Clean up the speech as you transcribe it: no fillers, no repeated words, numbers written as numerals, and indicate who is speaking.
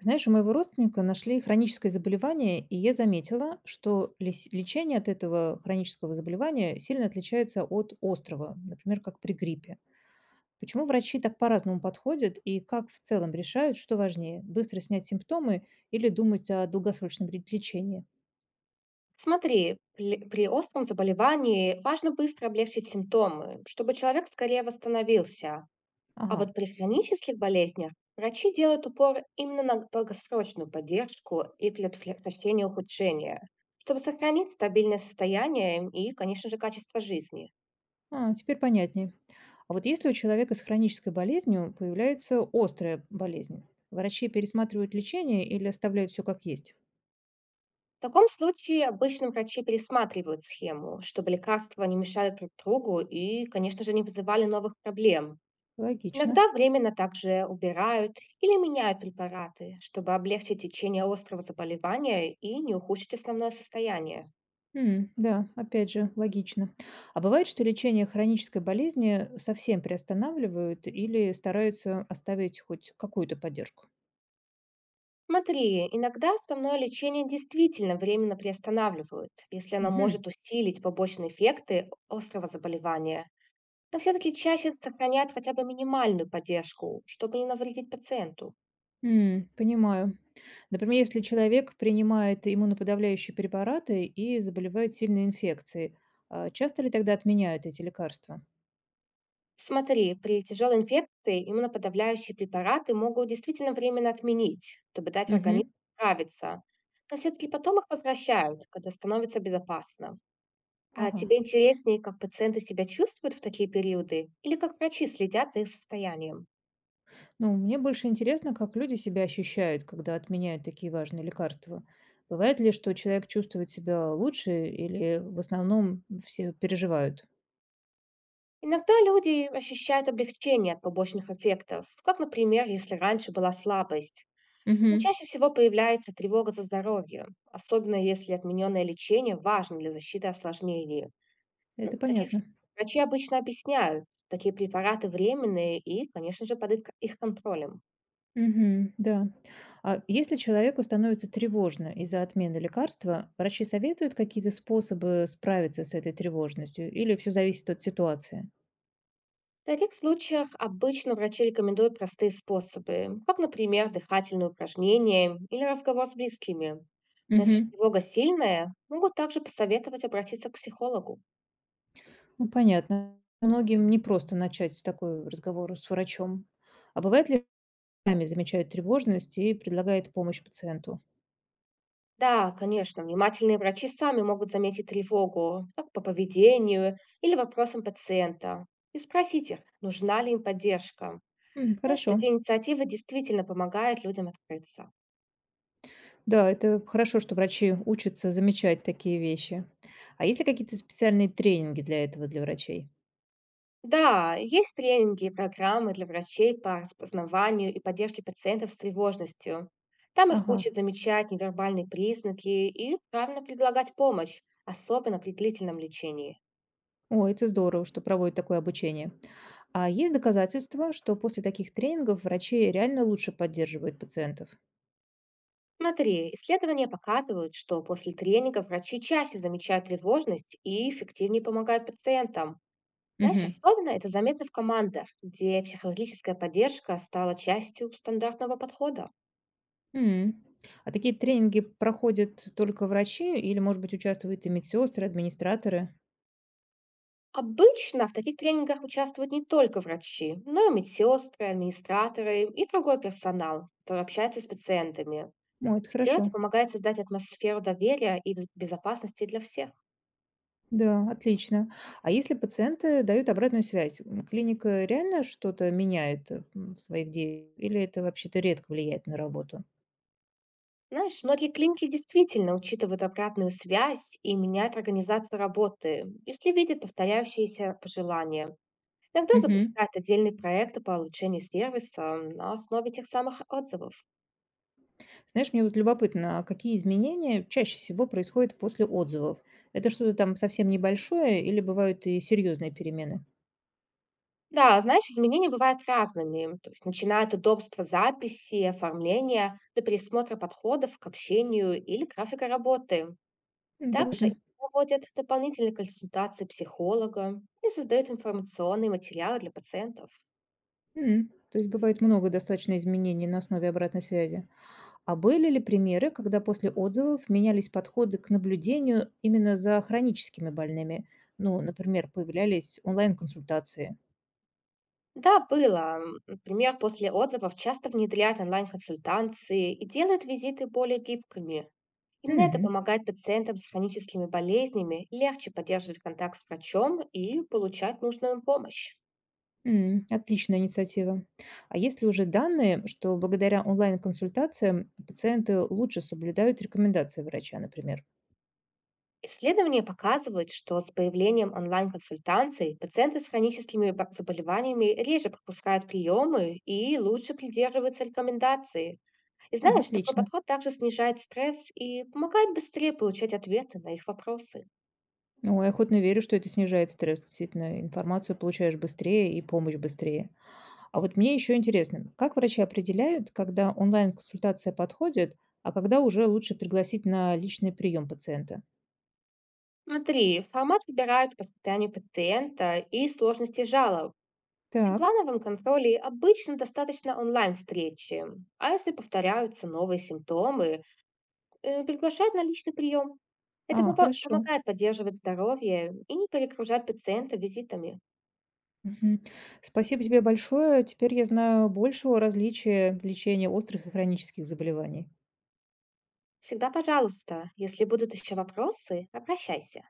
Speaker 1: Знаешь, у моего родственника нашли хроническое заболевание, и я заметила, что лечение от этого хронического заболевания сильно отличается от острого, например, как при гриппе. Почему врачи так по-разному подходят и как в целом решают, что важнее – быстро снять симптомы или думать о долгосрочном лечении?
Speaker 2: Смотри, при остром заболевании важно быстро облегчить симптомы, чтобы человек скорее восстановился. А
Speaker 1: Ага,
Speaker 2: вот при хронических болезнях врачи делают упор именно на долгосрочную поддержку и предотвращение ухудшения, чтобы сохранить стабильное состояние и, конечно же, качество жизни.
Speaker 1: а, теперь понятнее. А вот если у человека с хронической болезнью появляется острая болезнь, врачи пересматривают лечение или оставляют все как есть?
Speaker 2: В таком случае обычно врачи пересматривают схему, чтобы лекарства не мешали друг другу и, конечно же, не вызывали новых проблем.
Speaker 1: Логично.
Speaker 2: Иногда временно также убирают или меняют препараты, чтобы облегчить течение острого заболевания и не ухудшить основное состояние.
Speaker 1: М, да, опять же, логично. А бывает, что лечение хронической болезни совсем приостанавливают или стараются оставить хоть какую-то поддержку?
Speaker 2: Смотри, иногда основное лечение действительно временно приостанавливают, если оно
Speaker 1: Мгм.
Speaker 2: может усилить побочные эффекты острого заболевания, но все-таки чаще сохраняют хотя бы минимальную поддержку, чтобы не навредить пациенту.
Speaker 1: М, понимаю. Например, если человек принимает иммуноподавляющие препараты и заболевает сильной инфекцией, а часто ли тогда отменяют эти лекарства?
Speaker 2: Смотри, при тяжелой инфекции иммуноподавляющие препараты могут действительно временно отменить, чтобы дать организму
Speaker 1: Мгм.
Speaker 2: справиться. Но все-таки потом их возвращают, когда становится безопасно. А
Speaker 1: Ага.
Speaker 2: тебе интереснее, как пациенты себя чувствуют в такие периоды или как врачи следят за их состоянием?
Speaker 1: Ну, мне больше интересно, как люди себя ощущают, когда отменяют такие важные лекарства. Бывает ли, что человек чувствует себя лучше, или в основном все переживают?
Speaker 2: Иногда люди ощущают облегчение от побочных эффектов, как, например, если раньше была слабость. Но
Speaker 1: Мгм.
Speaker 2: чаще всего появляется тревога за здоровье, особенно если отмененное лечение важно для защиты осложнений. Ну,
Speaker 1: Это
Speaker 2: в таких
Speaker 1: понятно.
Speaker 2: случаях врачи обычно объясняют, такие препараты временные и, конечно же, под их контролем.
Speaker 1: Мгм. Да. А если человеку становится тревожно из-за отмены лекарства, врачи советуют какие-то способы справиться с этой тревожностью, или все зависит от ситуации?
Speaker 2: В таких случаях обычно врачи рекомендуют простые способы, как, например, дыхательные упражнения или разговор с близкими. Но если
Speaker 1: Мгм.
Speaker 2: тревога сильная, могут также посоветовать обратиться к психологу.
Speaker 1: Ну, понятно. Многим не просто начать такой разговор с врачом. А бывает ли, сами замечают тревожность и предлагают помощь пациенту.
Speaker 2: Да, конечно, внимательные врачи сами могут заметить тревогу, как по поведению или вопросам пациента, и спросить их, нужна ли им поддержка.
Speaker 1: М,
Speaker 2: Знаешь,
Speaker 1: хорошо.
Speaker 2: такие инициативы действительно помогают людям открыться.
Speaker 1: Да, это хорошо, что врачи учатся замечать такие вещи. А есть ли какие-то специальные тренинги для этого, для врачей?
Speaker 2: Да, есть тренинги и программы для врачей по распознаванию и поддержке пациентов с тревожностью. Там их
Speaker 1: Ага.
Speaker 2: учат замечать невербальные признаки и правильно предлагать помощь, особенно при длительном лечении.
Speaker 1: О, это здорово, что проводят такое обучение. А есть доказательства, что после таких тренингов врачи реально лучше поддерживают пациентов?
Speaker 2: Смотри, исследования показывают, что после тренинга врачи чаще замечают тревожность и эффективнее помогают пациентам. Знаешь,
Speaker 1: Мгм.
Speaker 2: особенно это заметно в командах, где психологическая поддержка стала частью стандартного подхода.
Speaker 1: М. А такие тренинги проходят только врачи или, может быть, участвуют и медсестры, администраторы?
Speaker 2: Обычно в таких тренингах участвуют не только врачи, но и медсестры, администраторы и другой персонал, который общается с пациентами.
Speaker 1: О, это
Speaker 2: Все это
Speaker 1: хорошо.
Speaker 2: помогает создать атмосферу доверия и безопасности для всех.
Speaker 1: Да, отлично. А если пациенты дают обратную связь, м, клиника реально что-то меняет, э, м, в своих действиях или это вообще-то редко влияет на работу?
Speaker 2: Знаешь, многие клиники действительно учитывают обратную связь и меняют организацию работы, если видят повторяющиеся пожелания. Иногда
Speaker 1: Мгм.
Speaker 2: запускают отдельные проекты по улучшению сервиса на основе тех самых отзывов.
Speaker 1: Знаешь, мне вот любопытно, а какие изменения чаще всего происходят после отзывов? Это что-то там совсем небольшое или бывают и серьезные перемены?
Speaker 2: Да, знаешь, изменения бывают разными. То есть начиная от удобства записи, оформления до пересмотра подходов к общению или графика работы.
Speaker 1: М,
Speaker 2: Также
Speaker 1: любопытно.
Speaker 2: проводят дополнительные консультации психолога и создают информационные материалы для пациентов.
Speaker 1: М, то есть бывает много достаточно изменений на основе обратной связи. А были ли примеры, когда после отзывов менялись подходы к наблюдению именно за хроническими больными? Ну, например, появлялись онлайн-консультации.
Speaker 2: Да, было. Например, после отзывов часто внедряют онлайн-консультации и делают визиты более гибкими. Именно это
Speaker 1: Мгм.
Speaker 2: помогает пациентам с хроническими болезнями легче поддерживать контакт с врачом и получать нужную им помощь.
Speaker 1: М, отличная инициатива. А есть ли уже данные, что благодаря онлайн-консультациям пациенты лучше соблюдают рекомендации врача, например?
Speaker 2: Исследования показывают, что с появлением онлайн-консультаций пациенты с хроническими заболеваниями реже пропускают приемы и лучше придерживаются рекомендаций. И
Speaker 1: А,
Speaker 2: знаешь, такой
Speaker 1: отлично.
Speaker 2: подход также снижает стресс и помогает быстрее получать ответы на их вопросы.
Speaker 1: Ну, я охотно верю, что это снижает стресс. Действительно, информацию получаешь быстрее и помощь быстрее. А вот мне еще интересно, как врачи определяют, когда онлайн-консультация подходит, а когда уже лучше пригласить на личный прием пациента?
Speaker 2: Смотри, формат выбирают по состоянию пациента и сложности жалоб. При
Speaker 1: Так,
Speaker 2: плановом контроле обычно достаточно онлайн-встречи, а если повторяются новые симптомы, приглашают на личный прием. Это
Speaker 1: а,
Speaker 2: попо
Speaker 1: хорошо.
Speaker 2: помогает поддерживать здоровье и не перегружать пациента визитами.
Speaker 1: Мгм. Спасибо тебе большое. Теперь я знаю больше о различии лечения острых и хронических заболеваний.
Speaker 2: Всегда пожалуйста, если будут еще вопросы, обращайся.